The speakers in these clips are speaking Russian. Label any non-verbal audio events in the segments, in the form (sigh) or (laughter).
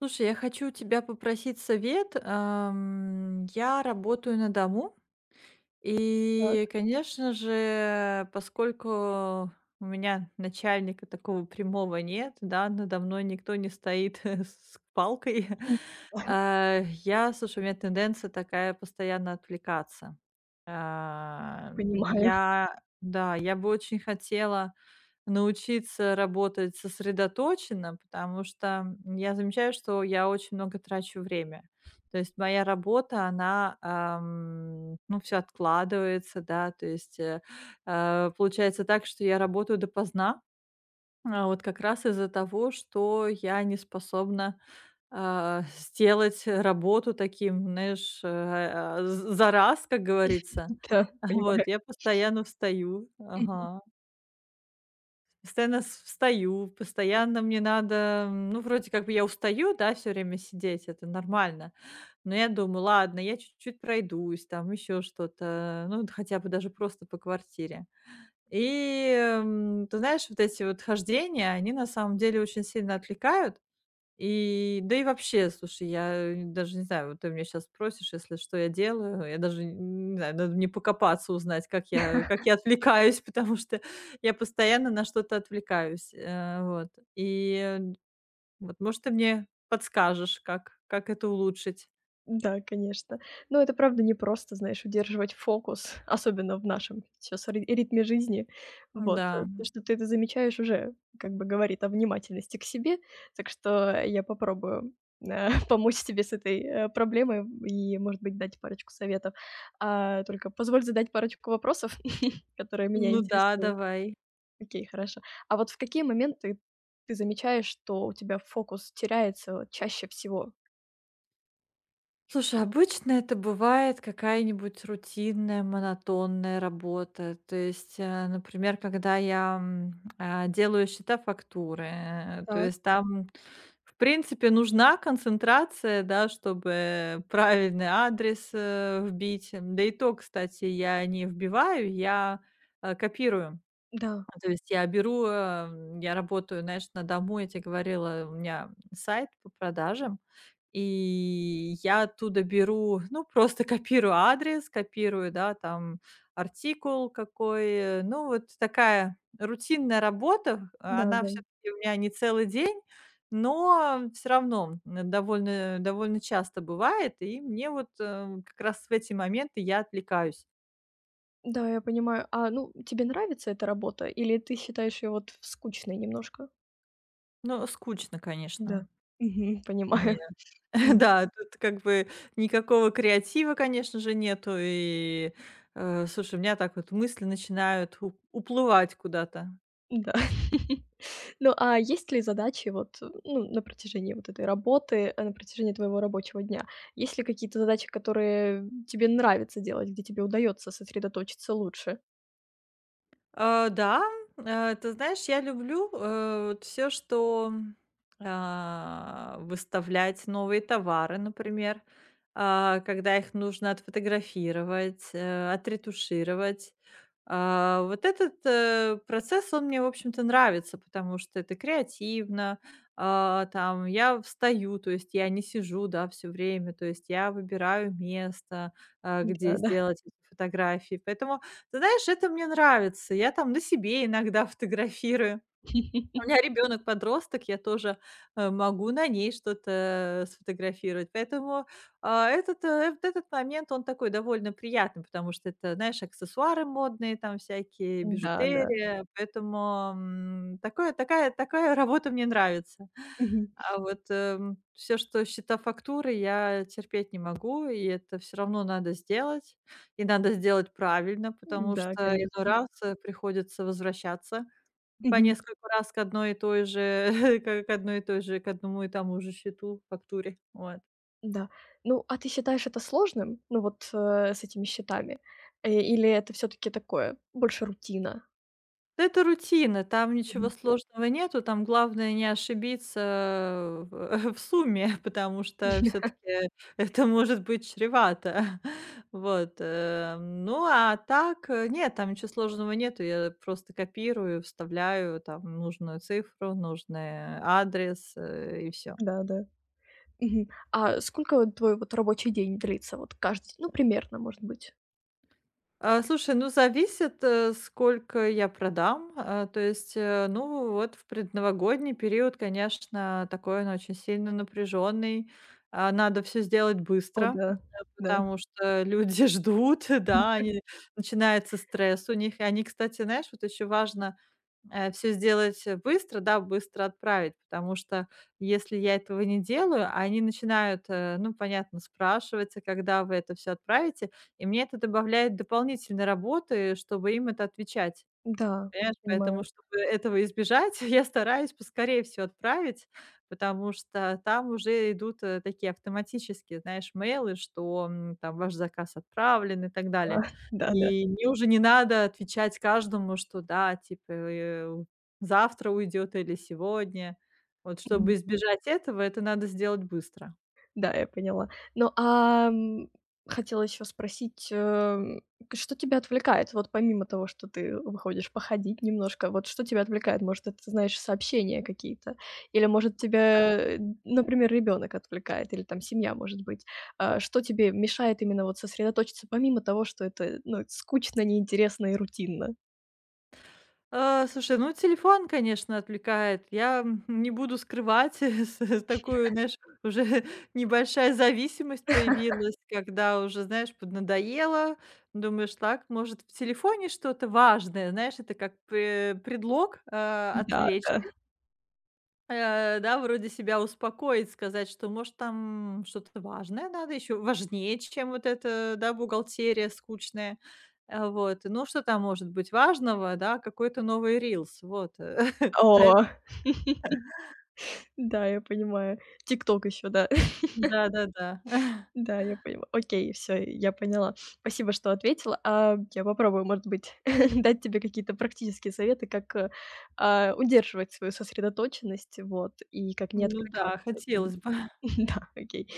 Слушай, я хочу тебя попросить совет. Я работаю на дому, и, Так. конечно же, поскольку у меня начальника такого прямого нет, да, надо мной никто не стоит (laughs) с палкой, м, а, я, слушай, у меня тенденция такая постоянно отвлекаться. А, Понимаю. (laughs) Я, да, я бы очень хотела научиться работать сосредоточенно, потому что я замечаю, что я очень много трачу время. То есть моя работа, она, ну, все откладывается, да. То есть получается так, что я работаю допоздна, вот как раз из-за того, что я не способна, сделать работу таким, знаешь, э, а, з за раз, как говорится. Да, (laughs) понимаю. Вот, я постоянно встаю. Мгм. Ага. Постоянно с встаю, постоянно мне надо, ну, вроде как бы я устаю, да, все время сидеть, это нормально. Но я думаю: "Ладно, я чуть-чуть пройдусь, там еще что-то, ну, хотя бы даже просто по квартире". И ты знаешь, вот эти вот хождения, они на самом деле очень сильно отвлекают. И, да и вообще, слушай, я даже не знаю, вот ты меня сейчас спросишь, если что я делаю, я даже не знаю, надо мне покопаться, узнать, как я отвлекаюсь, (laughs) потому что я постоянно на что-то отвлекаюсь. Вот. И, э, вот, может, ты мне подскажешь, как это улучшить. Да, конечно. Но это правда не просто, знаешь, удерживать фокус, (laughs) особенно в нашем сейчас ритме жизни. Вот, Да. то, что ты это замечаешь, уже как бы говорит о внимательности к себе. Так что, я попробую, э, (laughs) помочь тебе с этой, проблемой и, может быть, дать парочку советов. Только позволь задать парочку вопросов, (laughs) которые меня Ну да, интересуют. давай. Окей, хорошо. А вот в какие моменты ты замечаешь, что у тебя фокус теряется вот, чаще всего? Слушай, обычно это бывает какая-нибудь рутинная, монотонная работа. То есть, например, когда я делаю счета фактуры, то Так. есть там, в принципе, нужна концентрация, да, чтобы правильный адрес вбить. Да и то, кстати, я не вбиваю, я копирую. Да, Ну, то есть я беру, я работаю, знаешь, на дому, я тебе говорила, у меня сайт по продажам, и я оттуда беру, ну, просто копирую адрес, копирую, да, там, артикул какой, ну, вот такая рутинная работа, да, она да. все-таки у меня не целый день, но все равно довольно, довольно часто бывает, и мне вот как раз в эти моменты я отвлекаюсь. Да, я понимаю. Ну, тебе нравится эта работа или ты считаешь ее вот скучной немножко? Ну, скучно, конечно. Да. Мгм, понимаю. (laughs) Мгм. Да, тут как бы никакого креатива, конечно же, нету. Слушай, у меня так вот мысли начинают уплывать куда-то. Да. (laughs) Ну, а есть ли задачи вот, ну, на протяжении вот этой работы, на протяжении твоего рабочего дня? Есть ли какие-то задачи, которые тебе нравится делать, где тебе удается сосредоточиться лучше? Да, ты знаешь, я люблю все, что, выставлять новые товары, например, когда их нужно отфотографировать, отретушировать. Вот этот процесс, он мне, в общем-то, нравится, потому что это креативно. Там я встаю, то есть я не сижу, да, все время, то есть я выбираю место, где Да, да. сделать эти фотографии. Поэтому, ты знаешь, это мне нравится. Я там на себе иногда фотографирую. У (laughs) меня ребенок подросток, я тоже, могу на ней что-то, сфотографировать. Поэтому, вот этот момент, он такой довольно приятный, потому что это, знаешь, аксессуары модные там всякие, Да, да. бижутерия. Поэтому, м, такое такая такая работа мне нравится. Мгм. А вот все, что счета, фактуры, я терпеть не могу, и это все равно надо сделать. И надо сделать правильно, потому Да, что иной конечно. раз, приходится возвращаться. По Мгм. несколько раз к одной и той же, (laughs) к одной и той же, к одному и тому же счету, фактуре. Вот. Да. Ну, а ты считаешь это сложным? Ну, вот, с этими счетами? Или это все таки такое, больше рутина? Да. Это рутина, там ничего Мгм. сложного нету, там главное не ошибиться в (laughs) в сумме, потому что все таки это может быть чревато. (laughs) Ну, а так, нет, там ничего сложного нету. Я просто копирую, вставляю там нужную цифру, нужный адрес, и все. Да, да. Мгм. А сколько вот твой вот рабочий день длится? Вот каждый, ну, примерно, может быть? Слушай, ну, зависит, э, сколько я продам. А, то есть, э, ну, вот в предновогодний период, конечно, такой он очень сильно напряженный. А, надо все сделать О быстро, да, э, да. потому что люди (laughs) ждут, да, (laughs) они начинается стресс у них. И они, кстати, знаешь, вот еще важно все сделать, э, быстро, да, быстро отправить, потому что если я этого не делаю, они начинают, э, ну, понятно, спрашивать: "А когда вы это все отправите?" И мне это добавляет дополнительной работы, чтобы им это отвечать. Да, Понимаешь, поэтому, понимаю. чтобы этого избежать, (laughs) я стараюсь поскорее все отправить, потому что там уже идут, э, такие автоматические, знаешь, мейлы, что, м, там ваш заказ отправлен и так А, далее. (laughs) да, да. И мне уже не надо отвечать каждому, что да, типа, э, у- завтра уйдет или сегодня. Вот чтобы избежать этого, это надо сделать быстро. Да, я поняла. Ну, хотела еще спросить, к что тебя отвлекает? Вот помимо того, что ты выходишь походить немножко, вот что тебя отвлекает? Может, это, знаешь, сообщения какие-то? Или, может, тебя, например, ребенок отвлекает, или там семья, может быть. Что тебе мешает именно вот сосредоточиться, помимо того, что это, ну, скучно, неинтересно и рутинно? А, Слушай, ну, телефон, конечно, отвлекает. Я не буду скрывать, (laughs) с такую, знаешь, уже (laughs) небольшая зависимость появилась, когда уже, знаешь, поднадоело. Думаешь: "Так, может, в телефоне что-то важное?" Знаешь, это как предлог, Да, отвлечься. да. Да, вроде себя успокоить, сказать, что, может, там что-то важное надо, еще важнее, чем вот эта, да, бухгалтерия скучная. Вот. Ну, что там может быть важного, да, какой-то новый рилс, вот. (laughs) А О, эт (laughs) да, я понимаю. "Тикток" еще, да. да-да-да. (laughs) Да, я поняла. Окей, все, я поняла. Спасибо, что ответила. Я попробую, может быть, (laughs) дать тебе какие-то практические советы, как, удерживать свою сосредоточенность, вот, и как не Ну да, отвлекаться. хотелось бы. (laughs) (laughs) Да, окей.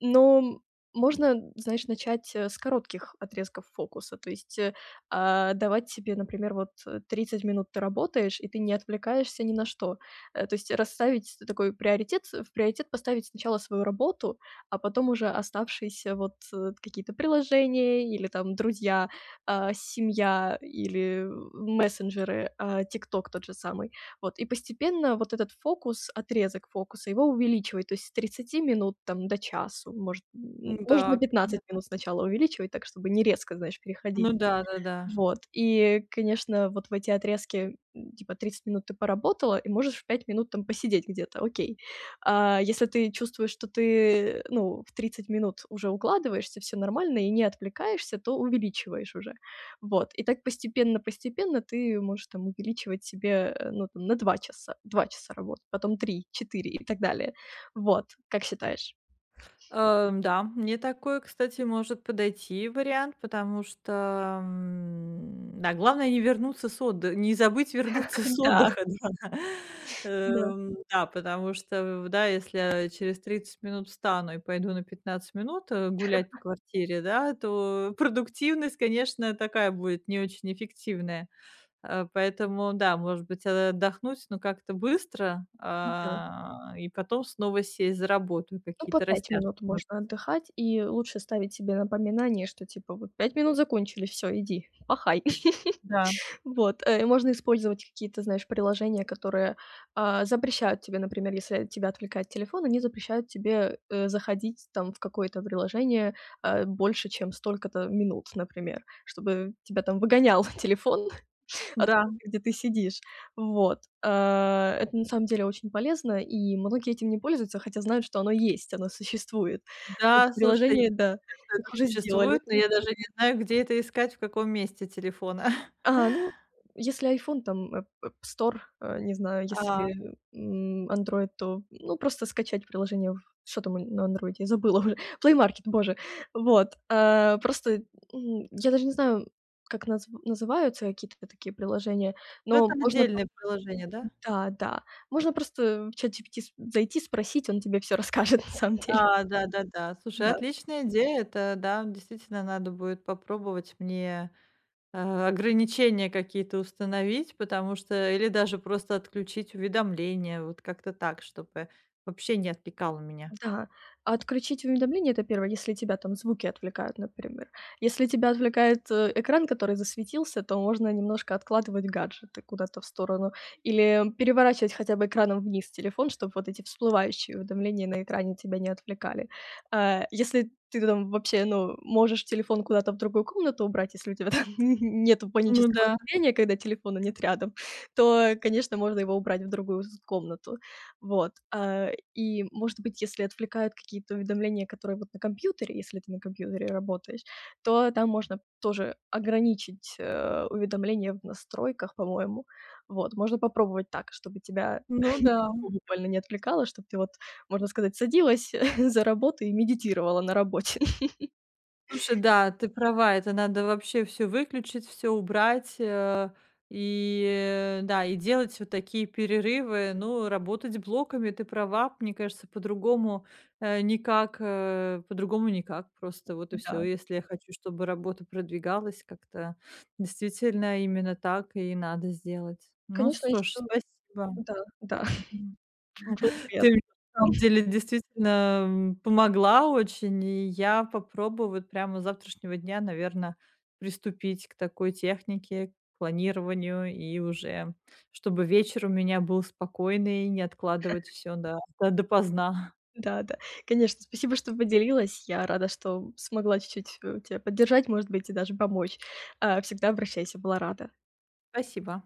Но можно, знаешь, начать, с коротких отрезков фокуса. То есть, давать себе, например, вот, 30 минут ты работаешь, и ты не отвлекаешься ни на что. То есть расставить такой приоритет, в приоритет поставить сначала свою работу, а потом уже оставшиеся вот, какие-то приложения или там друзья, семья или мессенджеры, "Тикток" тот же самый. Вот, и постепенно вот этот фокус, отрезок фокуса, его увеличивать, то есть с тридцати минут там до часу, может, можно Да, на 15 понятно. минут сначала увеличивать, так чтобы не резко, знаешь, переходить. Ну да-да-да. Вот, и, конечно, вот в эти отрезки, типа 30 минут ты поработала и можешь 5 минут там посидеть где-то, окей. А если ты чувствуешь, что ты, ну, в 30 минут уже укладываешься, все нормально и не отвлекаешься, то увеличиваешь уже. Вот, и так постепенно-постепенно ты можешь там увеличивать себе, ну, там на два часа работы, потом 3, 4 и так далее. Вот, как считаешь? Да, мне такой, кстати, может подойти вариант, потому что, да, главное не вернуться с отдыха, не забыть вернуться с (laughs) Да, отдыха, да. (laughs) да, Да, потому что, да, если я через 30 минут встану и пойду на 15 минут гулять по квартире, да, то (laughs) продуктивность, конечно, такая будет не очень эффективная. Поэтому, да, может быть, отдохнуть, но как-то быстро, да. И потом снова сесть за работу, и Ну, по какие-то 5 растяжки. минут можно отдыхать, и лучше ставить себе напоминание, что типа вот 5 минут закончились, все иди, пахай. Да, Вот, можно использовать какие-то, знаешь, приложения, которые, запрещают тебе, например, если тебя отвлекает телефон, они запрещают тебе, заходить там в какое-то приложение, больше, чем столько-то минут, например, чтобы тебя там выгонял (laughs) телефон (laughs) да, откуда ты, где ты сидишь. Вот, это на самом деле очень полезно, и многие этим не пользуются, хотя знают, что оно есть, оно существует. Эти да, слушай, я приложения, да, знаю, что их это уже сделали. существует, но я даже не знаю, где это искать, в каком месте телефона. (laughs) Ну, если iPhone, там, App Store, не знаю, А, если, андроид, то, ну, просто скачать приложение в. Что там на андроиде? Я забыла уже. (laughs) Play Market, боже. Вот, просто, я даже не знаю, как называются какие-то такие приложения, но ну, это можно отдельное просто. приложение, да? Да, да. Можно просто в ChatGPT с зайти, спросить, он тебе все (laughs) расскажет на самом деле. Да-да-да. Слушай, Да. отличная идея. Это, да, действительно надо будет попробовать мне, ограничения какие-то установить, потому что или даже просто отключить уведомления, вот как-то так, чтобы вообще не отвлекало меня. Да, а отключить уведомления — это первое. Если тебя там звуки отвлекают, например. Если тебя отвлекает, экран, который засветился, то можно немножко откладывать гаджеты куда-то в сторону или переворачивать хотя бы экраном вниз телефон, чтобы вот эти всплывающие уведомления на экране тебя не отвлекали. Если ты там вообще, ну, можешь телефон куда-то в другую комнату убрать, если у тебя там (laughs) нету Ну панического да, состояния, когда телефона нет рядом, то, конечно, можно его убрать в другую комнату. Вот, и, может быть, если отвлекают какие-то уведомления, которые вот на компьютере, если ты на компьютере работаешь, то там можно тоже ограничить, уведомления в настройках, по-моему. Вот, можно попробовать так, чтобы тебя ну да. буквально не отвлекало, чтобы ты вот, можно сказать, садилась (laughs) за работу и медитировала на работе. (laughs) Слушай, да, ты права, это надо вообще все выключить, все убрать, и да, и делать вот такие перерывы. Ну, работать блоками, ты права, мне кажется, по-другому, никак, по-другому никак. Просто вот и все. Да, Если я хочу, чтобы работа продвигалась как-то, действительно, именно так и надо сделать. Ну конечно, что ж, еще спасибо. да, да, Мгм. (laughs) было Ты мне приятно. на самом деле действительно, помогла очень, и я попробую вот прямо с завтрашнего дня, наверное, приступить к такой технике, к планированию, и уже чтобы вечер у меня был спокойный, не откладывать все до до допоздна. Да, да. Конечно, спасибо, что поделилась. Я рада, что смогла чуть-чуть, тебя поддержать, может быть, и даже помочь. Всегда обращайся, была рада. (laughs) Спасибо.